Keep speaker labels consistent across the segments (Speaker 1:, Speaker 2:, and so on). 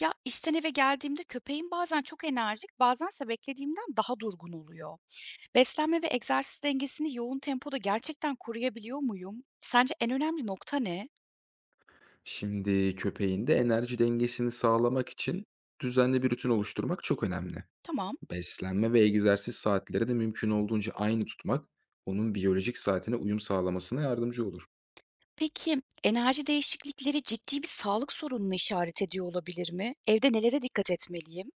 Speaker 1: Ya, işten eve geldiğimde köpeğim bazen çok enerjik, bazense beklediğimden daha durgun oluyor. Beslenme ve egzersiz dengesini yoğun tempoda gerçekten koruyabiliyor muyum? Sence en önemli nokta ne?
Speaker 2: Şimdi köpeğin de enerji dengesini sağlamak için düzenli bir rutin oluşturmak çok önemli.
Speaker 1: Tamam.
Speaker 2: Beslenme ve egzersiz saatleri de mümkün olduğunca aynı tutmak onun biyolojik saatine uyum sağlamasına yardımcı olur.
Speaker 1: Peki, enerji değişiklikleri ciddi bir sağlık sorununa işaret ediyor olabilir mi? Evde nelere dikkat etmeliyim?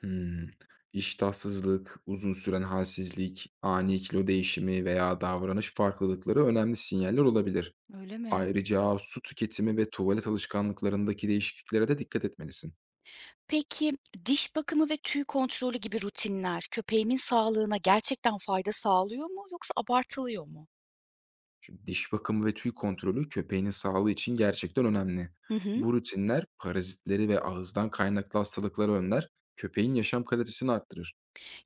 Speaker 2: Hmm. İştahsızlık, uzun süren halsizlik, ani kilo değişimi veya davranış farklılıkları önemli sinyaller olabilir.
Speaker 1: Öyle mi?
Speaker 2: Ayrıca su tüketimi ve tuvalet alışkanlıklarındaki değişikliklere de dikkat etmelisin.
Speaker 1: Peki, diş bakımı ve tüy kontrolü gibi rutinler köpeğimin sağlığına gerçekten fayda sağlıyor mu yoksa abartılıyor mu?
Speaker 2: Şimdi diş bakımı ve tüy kontrolü köpeğinin sağlığı için gerçekten önemli.
Speaker 1: Hı hı.
Speaker 2: Bu rutinler parazitleri ve ağızdan kaynaklı hastalıkları önler, köpeğin yaşam kalitesini arttırır.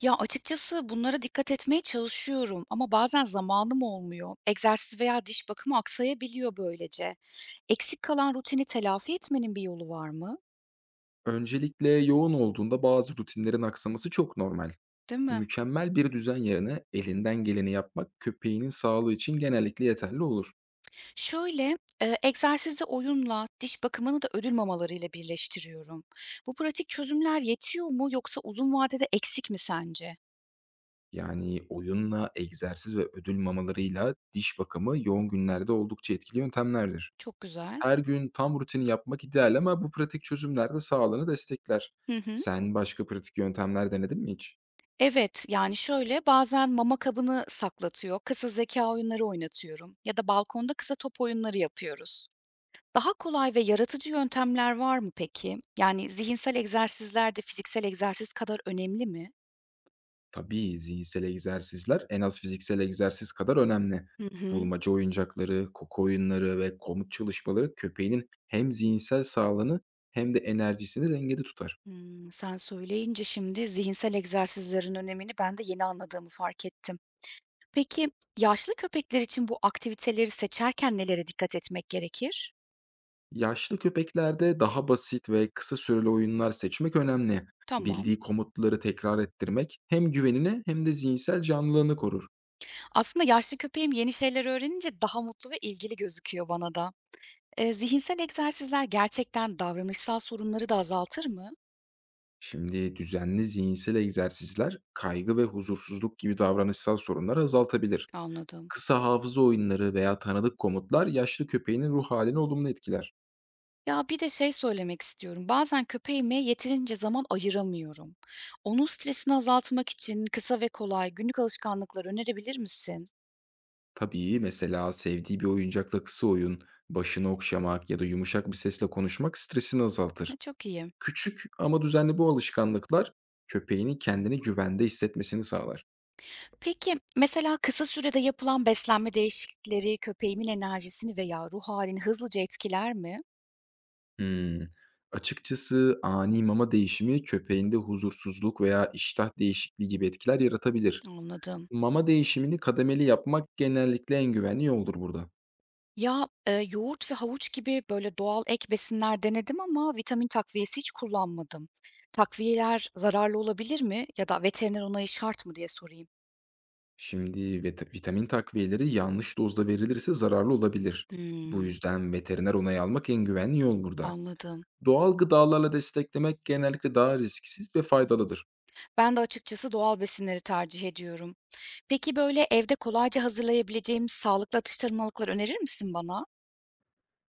Speaker 1: Ya, açıkçası bunlara dikkat etmeye çalışıyorum ama bazen zamanım olmuyor. Egzersiz veya diş bakımı aksayabiliyor böylece. Eksik kalan rutini telafi etmenin bir yolu var mı?
Speaker 2: Öncelikle yoğun olduğunda bazı rutinlerin aksaması çok normal.
Speaker 1: Değil mi?
Speaker 2: Mükemmel bir düzen yerine elinden geleni yapmak köpeğinin sağlığı için genellikle yeterli olur.
Speaker 1: Şöyle, egzersizi oyunla, diş bakımını da ödül mamalarıyla birleştiriyorum. Bu pratik çözümler yetiyor mu yoksa uzun vadede eksik mi sence?
Speaker 2: Yani oyunla, egzersiz ve ödül mamalarıyla diş bakımı yoğun günlerde oldukça etkili yöntemlerdir.
Speaker 1: Çok güzel.
Speaker 2: Her gün tam rutini yapmak ideal ama bu pratik çözümler de sağlığını destekler.
Speaker 1: Hı hı.
Speaker 2: Sen başka pratik yöntemler denedin mi hiç?
Speaker 1: Evet, yani şöyle, bazen mama kabını saklatıyor, kısa zeka oyunları oynatıyorum ya da balkonda kısa top oyunları yapıyoruz. Daha kolay ve yaratıcı yöntemler var mı peki? Yani zihinsel egzersizler de fiziksel egzersiz kadar önemli mi?
Speaker 2: Tabii zihinsel egzersizler en az fiziksel egzersiz kadar önemli.
Speaker 1: Hı hı.
Speaker 2: Bulmaca oyuncakları, koku oyunları ve komut çalışmaları köpeğinin hem zihinsel sağlığını hem de enerjisini dengede tutar.
Speaker 1: Hımm, sen söyleyince şimdi zihinsel egzersizlerin önemini ben de yeni anladığımı fark ettim. Peki, yaşlı köpekler için bu aktiviteleri seçerken nelere dikkat etmek gerekir?
Speaker 2: Yaşlı köpeklerde daha basit ve kısa süreli oyunlar seçmek önemli.
Speaker 1: Tamam.
Speaker 2: Bildiği komutları tekrar ettirmek hem güvenini hem de zihinsel canlılığını korur.
Speaker 1: Aslında yaşlı köpeğim yeni şeyler öğrenince daha mutlu ve ilgili gözüküyor bana da. Zihinsel egzersizler gerçekten davranışsal sorunları da azaltır mı?
Speaker 2: Şimdi düzenli zihinsel egzersizler kaygı ve huzursuzluk gibi davranışsal sorunları azaltabilir.
Speaker 1: Anladım.
Speaker 2: Kısa hafıza oyunları veya tanıdık komutlar yaşlı köpeğinin ruh halini olumlu etkiler.
Speaker 1: Ya, bir de şey söylemek istiyorum, bazen köpeğime yeterince zaman ayıramıyorum. Onun stresini azaltmak için kısa ve kolay günlük alışkanlıklar önerebilir misin?
Speaker 2: Tabii mesela sevdiği bir oyuncakla kısa oyun, başını okşamak ya da yumuşak bir sesle konuşmak stresini azaltır.
Speaker 1: Ha, çok iyi.
Speaker 2: Küçük ama düzenli bu alışkanlıklar köpeğinin kendini güvende hissetmesini sağlar.
Speaker 1: Peki, mesela kısa sürede yapılan beslenme değişiklikleri köpeğimin enerjisini veya ruh halini hızlıca etkiler mi?
Speaker 2: Hmm. Açıkçası ani mama değişimi köpeğinde huzursuzluk veya iştah değişikliği gibi etkiler yaratabilir.
Speaker 1: Anladım.
Speaker 2: Mama değişimini kademeli yapmak genellikle en güvenli yoldur burada.
Speaker 1: Ya, yoğurt ve havuç gibi böyle doğal ek besinler denedim ama vitamin takviyesi hiç kullanmadım. Takviyeler zararlı olabilir mi ya da veteriner onayı şart mı diye sorayım.
Speaker 2: Şimdi vitamin takviyeleri yanlış dozda verilirse zararlı olabilir. Bu
Speaker 1: Hımm.
Speaker 2: yüzden veteriner onayı almak en güvenli yol burada.
Speaker 1: Anladım.
Speaker 2: Doğal gıdalarla desteklemek genellikle daha risksiz ve faydalıdır.
Speaker 1: Ben de açıkçası doğal besinleri tercih ediyorum. Peki böyle evde kolayca hazırlayabileceğim sağlıklı atıştırmalıklar önerir misin bana?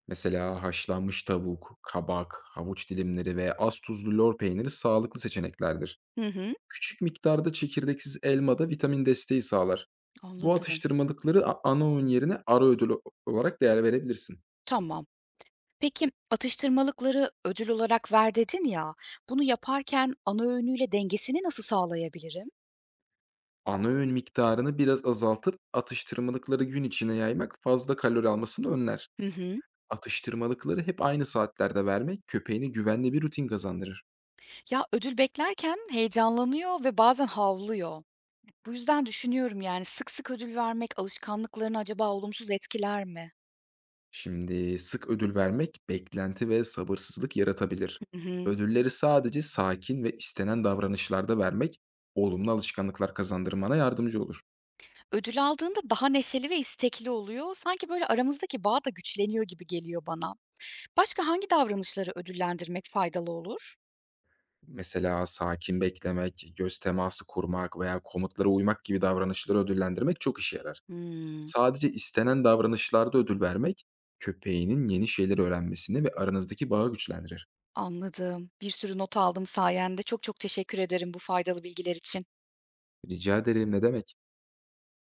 Speaker 2: Mesela haşlanmış tavuk, kabak, havuç dilimleri ve az tuzlu lor peyniri sağlıklı seçeneklerdir.
Speaker 1: Hı hı,
Speaker 2: Küçük miktarda çekirdeksiz elma da vitamin desteği sağlar. Bu
Speaker 1: anladım.
Speaker 2: atıştırmalıkları ana öğün yerine ara ödül olarak değer verebilirsin.
Speaker 1: Tamam. Peki atıştırmalıkları ödül olarak ver dedin ya, bunu yaparken ana öğünüyle dengesini nasıl sağlayabilirim?
Speaker 2: Ana öğün miktarını biraz azaltıp atıştırmalıkları gün içine yaymak fazla kalori almasını önler.
Speaker 1: Hı hı.
Speaker 2: Atıştırmalıkları hep aynı saatlerde vermek köpeğine güvenli bir rutin kazandırır.
Speaker 1: Ya ödül beklerken heyecanlanıyor ve bazen havlıyor. Bu yüzden düşünüyorum yani sık sık ödül vermek alışkanlıklarını acaba olumsuz etkiler mi?
Speaker 2: Şimdi sık ödül vermek beklenti ve sabırsızlık yaratabilir.
Speaker 1: Hı hı.
Speaker 2: Ödülleri sadece sakin ve istenen davranışlarda vermek olumlu alışkanlıklar kazandırmana yardımcı olur.
Speaker 1: Ödül aldığında daha neşeli ve istekli oluyor. Sanki böyle aramızdaki bağ da güçleniyor gibi geliyor bana. Başka hangi davranışları ödüllendirmek faydalı olur?
Speaker 2: Mesela sakin beklemek, göz teması kurmak veya komutlara uymak gibi davranışları ödüllendirmek çok işe yarar.
Speaker 1: Hımm,
Speaker 2: Sadece istenen davranışlarda ödül vermek, köpeğinin yeni şeyler öğrenmesini ve aranızdaki bağı güçlendirir.
Speaker 1: anladım. Bir sürü not aldım sayende. Çok çok teşekkür ederim bu faydalı bilgiler için.
Speaker 2: Rica ederim, ne demek.